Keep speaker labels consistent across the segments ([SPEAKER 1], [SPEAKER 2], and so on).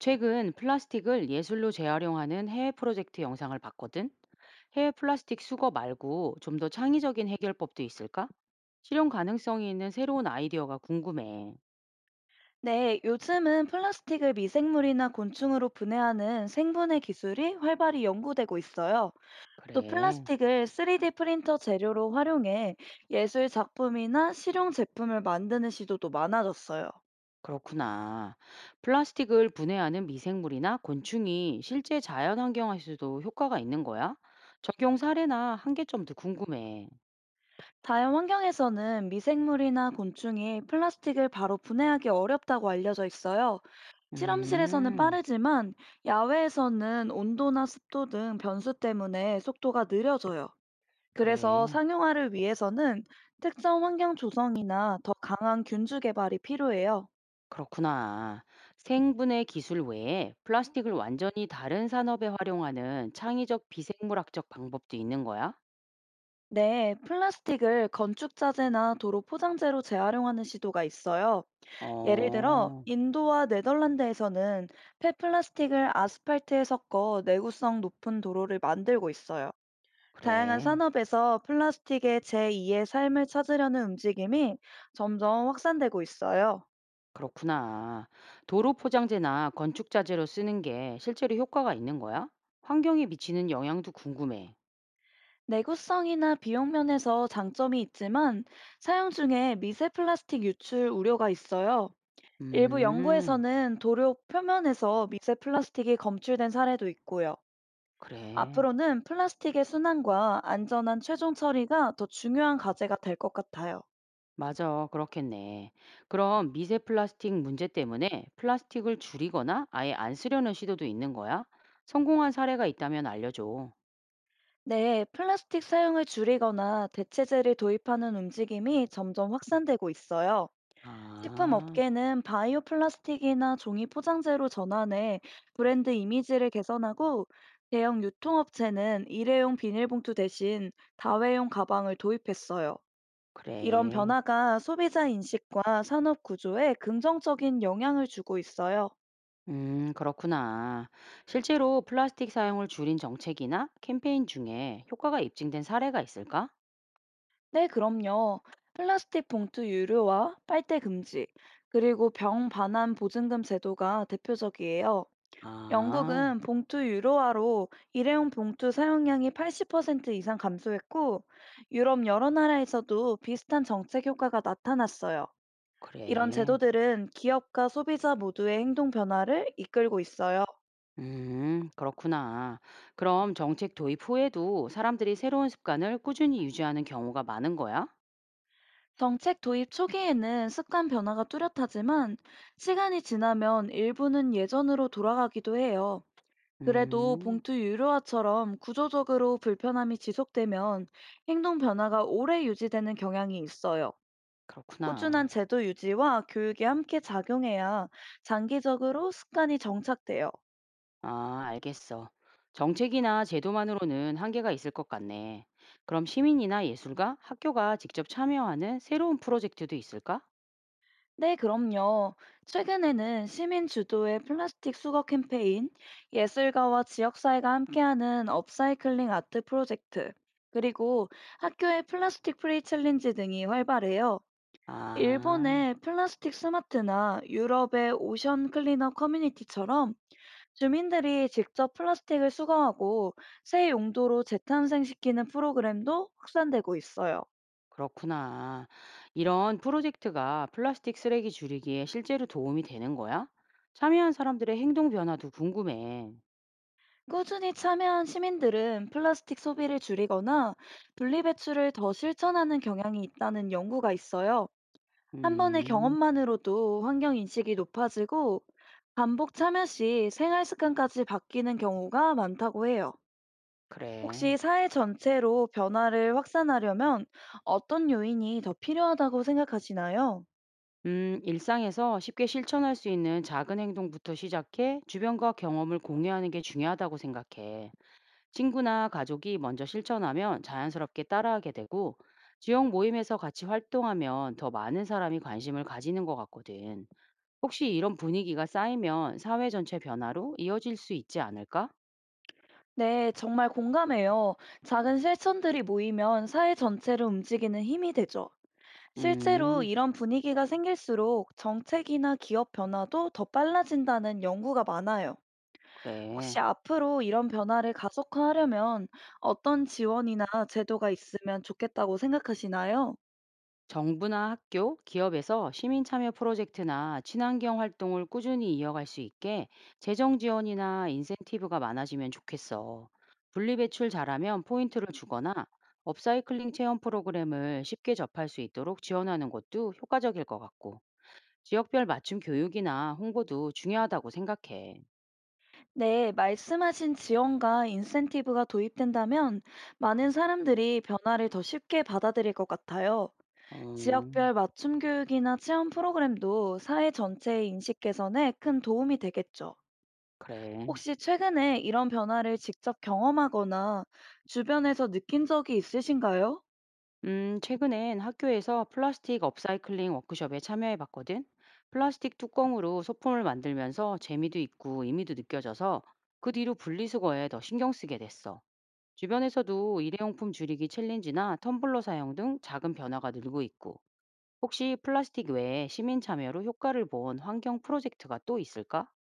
[SPEAKER 1] 최근 플라스틱을 예술로 재활용하는 해외 프로젝트 영상을 봤거든. 해외 플라스틱 수거 말고 좀 더 창의적인 해결법도 있을까? 실현 가능성이 있는 새로운 아이디어가 궁금해.
[SPEAKER 2] 네, 요즘은 플라스틱을 미생물이나 곤충으로 분해하는 생분해 기술이 활발히 연구되고 있어요. 또
[SPEAKER 1] 그래,
[SPEAKER 2] 플라스틱을 3D 프린터 재료로 활용해 예술 작품이나 실용 제품을 만드는 시도도 많아졌어요.
[SPEAKER 1] 그렇구나. 플라스틱을 분해하는 미생물이나 곤충이 실제 자연 환경에서도 효과가 있는 거야? 적용 사례나 한계점도 궁금해.
[SPEAKER 2] 자연환경에서는 미생물이나 곤충이 플라스틱을 바로 분해하기 어렵다고 알려져 있어요. 실험실에서는
[SPEAKER 1] 음,
[SPEAKER 2] 빠르지만 야외에서는 온도나 습도 등 변수 때문에 속도가 느려져요. 그래서
[SPEAKER 1] 그래.
[SPEAKER 2] 상용화를 위해서는 특정 환경 조성이나 더 강한 균주 개발이 필요해요.
[SPEAKER 1] 그렇구나. 생분해 기술 외에 플라스틱을 완전히 다른 산업에 활용하는 창의적 비생물학적 방법도 있는 거야?
[SPEAKER 2] 네, 플라스틱을 건축 자재나 도로 포장재로 재활용하는 시도가 있어요. 예를 들어,
[SPEAKER 1] 어,
[SPEAKER 2] 인도와 네덜란드에서는 폐플라스틱을 아스팔트에 섞어 내구성 높은 도로를 만들고 있어요. 다양한
[SPEAKER 1] 그래.
[SPEAKER 2] 산업에서 플라스틱의 제2의 삶을 찾으려는 움직임이 점점 확산되고 있어요.
[SPEAKER 1] 그렇구나. 도로 포장재나 건축 자재로 쓰는 게 실제로 효과가 있는 거야? 환경에 미치는 영향도 궁금해.
[SPEAKER 2] 내구성이나 비용 면에서 장점이 있지만 사용 중에 미세 플라스틱 유출 우려가 있어요. 일부
[SPEAKER 1] 음,
[SPEAKER 2] 연구에서는 도료 표면에서 미세 플라스틱이 검출된 사례도 있고요.
[SPEAKER 1] 그래.
[SPEAKER 2] 앞으로는 플라스틱의 순환과 안전한 최종 처리가 더 중요한 과제가 될 것 같아요.
[SPEAKER 1] 맞아. 그렇겠네. 그럼 미세 플라스틱 문제 때문에 플라스틱을 줄이거나 아예 안 쓰려는 시도도 있는 거야? 성공한 사례가 있다면 알려줘.
[SPEAKER 2] 네, 플라스틱 사용을 줄이거나 대체재를 도입하는 움직임이 점점 확산되고 있어요.
[SPEAKER 1] 아
[SPEAKER 2] 식품업계는 바이오 플라스틱이나 종이 포장재로 전환해 브랜드 이미지를 개선하고 대형 유통업체는 일회용 비닐봉투 대신 다회용 가방을 도입했어요. 이런
[SPEAKER 1] 그래.
[SPEAKER 2] 변화가 소비자 인식과 산업 구조에 긍정적인 영향을 주고 있어요.
[SPEAKER 1] 그렇구나. 실제로 플라스틱 사용을 줄인 정책이나 캠페인 중에 효과가 입증된 사례가 있을까?
[SPEAKER 2] 네, 그럼요. 플라스틱 봉투 유료화, 빨대 금지, 그리고 병 반환 보증금 제도가 대표적이에요.
[SPEAKER 1] 아
[SPEAKER 2] 영국은 봉투 유로화로 일회용 봉투 사용량이 80% 이상 감소했고, 유럽 여러 나라에서도 비슷한 정책 효과가 나타났어요. 이런
[SPEAKER 1] 그래.
[SPEAKER 2] 제도들은 기업과 소비자 모두의 행동 변화를 이끌고 있어요.
[SPEAKER 1] 그렇구나. 그럼 정책 도입 후에도 사람들이 새로운 습관을 꾸준히 유지하는 경우가 많은 거야?
[SPEAKER 2] 정책 도입 초기에는 습관 변화가 뚜렷하지만, 시간이 지나면 일부는 예전으로 돌아가기도 해요. 그래도
[SPEAKER 1] 음
[SPEAKER 2] 봉투 유료화처럼 구조적으로 불편함이 지속되면 행동 변화가 오래 유지되는 경향이 있어요. 꾸준한
[SPEAKER 1] 그렇구나.
[SPEAKER 2] 제도 유지와 교육이 함께 작용해야 장기적으로 습관이 정착돼요.
[SPEAKER 1] 아, 알겠어. 정책이나 제도만으로는 한계가 있을 것 같네. 그럼 시민이나 예술가, 학교가 직접 참여하는 새로운 프로젝트도 있을까?
[SPEAKER 2] 네, 그럼요. 최근에는 시민 주도의 플라스틱 수거 캠페인, 예술가와 지역사회가 함께하는 업사이클링 아트 프로젝트, 그리고 학교의 플라스틱 프리 챌린지 등이 활발해요.
[SPEAKER 1] 아,
[SPEAKER 2] 일본의 플라스틱 스마트나 유럽의 오션 클린업 커뮤니티처럼 주민들이 직접 플라스틱을 수거하고 새 용도로 재탄생시키는 프로그램도 확산되고 있어요.
[SPEAKER 1] 그렇구나. 이런 프로젝트가 플라스틱 쓰레기 줄이기에 실제로 도움이 되는 거야? 참여한 사람들의 행동 변화도 궁금해.
[SPEAKER 2] 꾸준히 참여한 시민들은 플라스틱 소비를 줄이거나 분리배출을 더 실천하는 경향이 있다는 연구가 있어요. 한 번의
[SPEAKER 1] 음,
[SPEAKER 2] 경험만으로도 환경 인식이 높아지고 반복 참여 시 생활 습관까지 바뀌는 경우가 많다고 해요.
[SPEAKER 1] 그래.
[SPEAKER 2] 혹시 사회 전체로 변화를 확산하려면 어떤 요인이 더 필요하다고 생각하시나요?
[SPEAKER 1] 일상에서 쉽게 실천할 수 있는 작은 행동부터 시작해 주변과 경험을 공유하는 게 중요하다고 생각해. 친구나 가족이 먼저 실천하면 자연스럽게 따라하게 되고, 지역 모임에서 같이 활동하면 더 많은 사람이 관심을 가지는 것 같거든. 혹시 이런 분위기가 쌓이면 사회 전체 변화로 이어질 수 있지 않을까?
[SPEAKER 2] 네, 정말 공감해요. 작은 실천들이 모이면 사회 전체를 움직이는 힘이 되죠. 실제로
[SPEAKER 1] 음,
[SPEAKER 2] 이런 분위기가 생길수록 정책이나 기업 변화도 더 빨라진다는 연구가 많아요.
[SPEAKER 1] 그래.
[SPEAKER 2] 혹시 앞으로 이런 변화를 가속화하려면 어떤 지원이나 제도가 있으면 좋겠다고 생각하시나요?
[SPEAKER 1] 정부나 학교, 기업에서 시민 참여 프로젝트나 친환경 활동을 꾸준히 이어갈 수 있게 재정 지원이나 인센티브가 많아지면 좋겠어. 분리배출 잘하면 포인트를 주거나 업사이클링 체험 프로그램을 쉽게 접할 수 있도록 지원하는 것도 효과적일 것 같고, 지역별 맞춤 교육이나 홍보도 중요하다고 생각해.
[SPEAKER 2] 네, 말씀하신 지원과 인센티브가 도입된다면 많은 사람들이 변화를 더 쉽게 받아들일 것 같아요.
[SPEAKER 1] 음,
[SPEAKER 2] 지역별 맞춤 교육이나 체험 프로그램도 사회 전체의 인식 개선에 큰 도움이 되겠죠.
[SPEAKER 1] 그래.
[SPEAKER 2] 혹시 최근에 이런 변화를 직접 경험하거나 주변에서 느낀 적이 있으신가요?
[SPEAKER 1] 최근엔 학교에서 플라스틱 업사이클링 워크숍에 참여해 봤거든. 플라스틱 뚜껑으로 소품을 만들면서 재미도 있고 의미도 느껴져서 그 뒤로 분리수거에 더 신경 쓰게 됐어. 주변에서도 일회용품 줄이기 챌린지나 텀블러 사용 등 작은 변화가 늘고 있고, 혹시 플라스틱 외에 시민 참여로 효과를 본 환경 프로젝트가 또 있을까?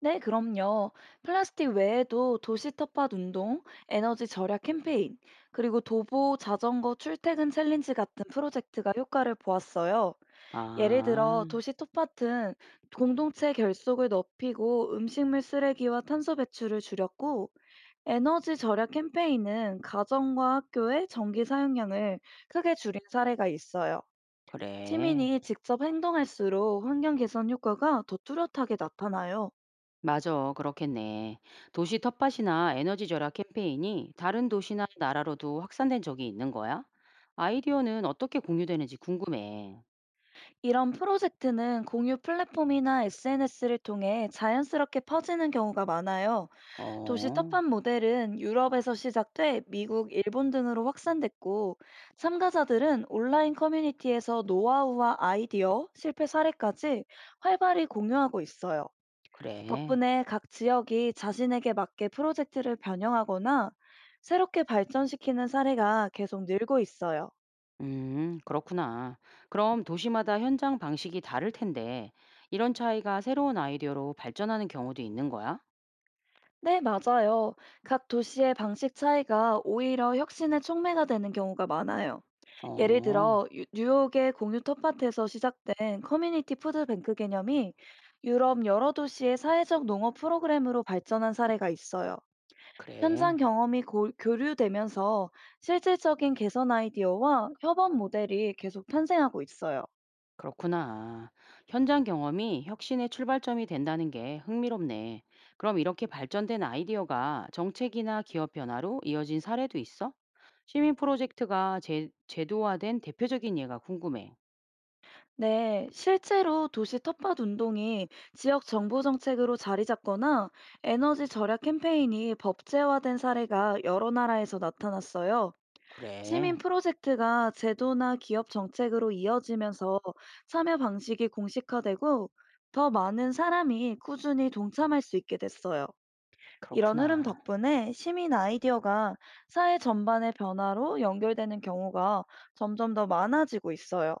[SPEAKER 2] 네, 그럼요. 플라스틱 외에도 도시 텃밭 운동, 에너지 절약 캠페인, 그리고 도보 자전거 출퇴근 챌린지 같은 프로젝트가 효과를 보았어요. 예를 들어
[SPEAKER 1] 아,
[SPEAKER 2] 도시 텃밭은 공동체 결속을 높이고 음식물 쓰레기와 탄소 배출을 줄였고 에너지 절약 캠페인은 가정과 학교의 전기 사용량을 크게 줄인 사례가 있어요.
[SPEAKER 1] 그래.
[SPEAKER 2] 시민이 직접 행동할수록 환경 개선 효과가 더 뚜렷하게 나타나요.
[SPEAKER 1] 맞아, 그렇겠네. 도시 텃밭이나 에너지 절약 캠페인이 다른 도시나 나라로도 확산된 적이 있는 거야? 아이디어는 어떻게 공유되는지 궁금해.
[SPEAKER 2] 이런 프로젝트는 공유 플랫폼이나 SNS를 통해 자연스럽게 퍼지는 경우가 많아요. 도시
[SPEAKER 1] 어,
[SPEAKER 2] 첫판 모델은 유럽에서 시작돼 미국, 일본 등으로 확산됐고, 참가자들은 온라인 커뮤니티에서 노하우와 아이디어, 실패 사례까지 활발히 공유하고 있어요.
[SPEAKER 1] 그래.
[SPEAKER 2] 덕분에 각 지역이 자신에게 맞게 프로젝트를 변형하거나 새롭게 발전시키는 사례가 계속 늘고 있어요.
[SPEAKER 1] 그렇구나. 그럼 도시마다 현장 방식이 다를 텐데, 이런 차이가 새로운 아이디어로 발전하는 경우도 있는 거야?
[SPEAKER 2] 네, 맞아요. 각 도시의 방식 차이가 오히려 혁신의 촉매가 되는 경우가 많아요. 예를
[SPEAKER 1] 어,
[SPEAKER 2] 들어, 뉴욕의 공유 텃밭에서 시작된 커뮤니티 푸드뱅크 개념이 유럽 여러 도시의 사회적 농업 프로그램으로 발전한 사례가 있어요. 현장
[SPEAKER 1] 그래.
[SPEAKER 2] 경험이 교류되면서 실질적인 개선 아이디어와 협업 모델이 계속 탄생하고 있어요.
[SPEAKER 1] 그렇구나. 현장 경험이 혁신의 출발점이 된다는 게 흥미롭네. 그럼 이렇게 발전된 아이디어가 정책이나 기업 변화로 이어진 사례도 있어? 시민 프로젝트가 제도화된 대표적인 예가 궁금해.
[SPEAKER 2] 네, 실제로 도시 텃밭 운동이 지역 정부 정책으로 자리 잡거나 에너지 절약 캠페인이 법제화된 사례가 여러 나라에서 나타났어요. 시민
[SPEAKER 1] 그래,
[SPEAKER 2] 프로젝트가 제도나 기업 정책으로 이어지면서 참여 방식이 공식화되고 더 많은 사람이 꾸준히 동참할 수 있게 됐어요. 이런 흐름
[SPEAKER 1] 그렇구나.
[SPEAKER 2] 덕분에 시민 아이디어가 사회 전반의 변화로 연결되는 경우가 점점 더 많아지고 있어요.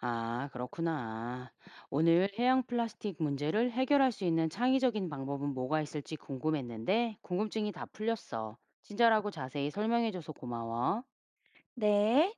[SPEAKER 1] 아, 그렇구나. 오늘 해양 플라스틱 문제를 해결할 수 있는 창의적인 방법은 뭐가 있을지 궁금했는데, 궁금증이 다 풀렸어. 친절하고 자세히 설명해줘서 고마워.
[SPEAKER 2] 네.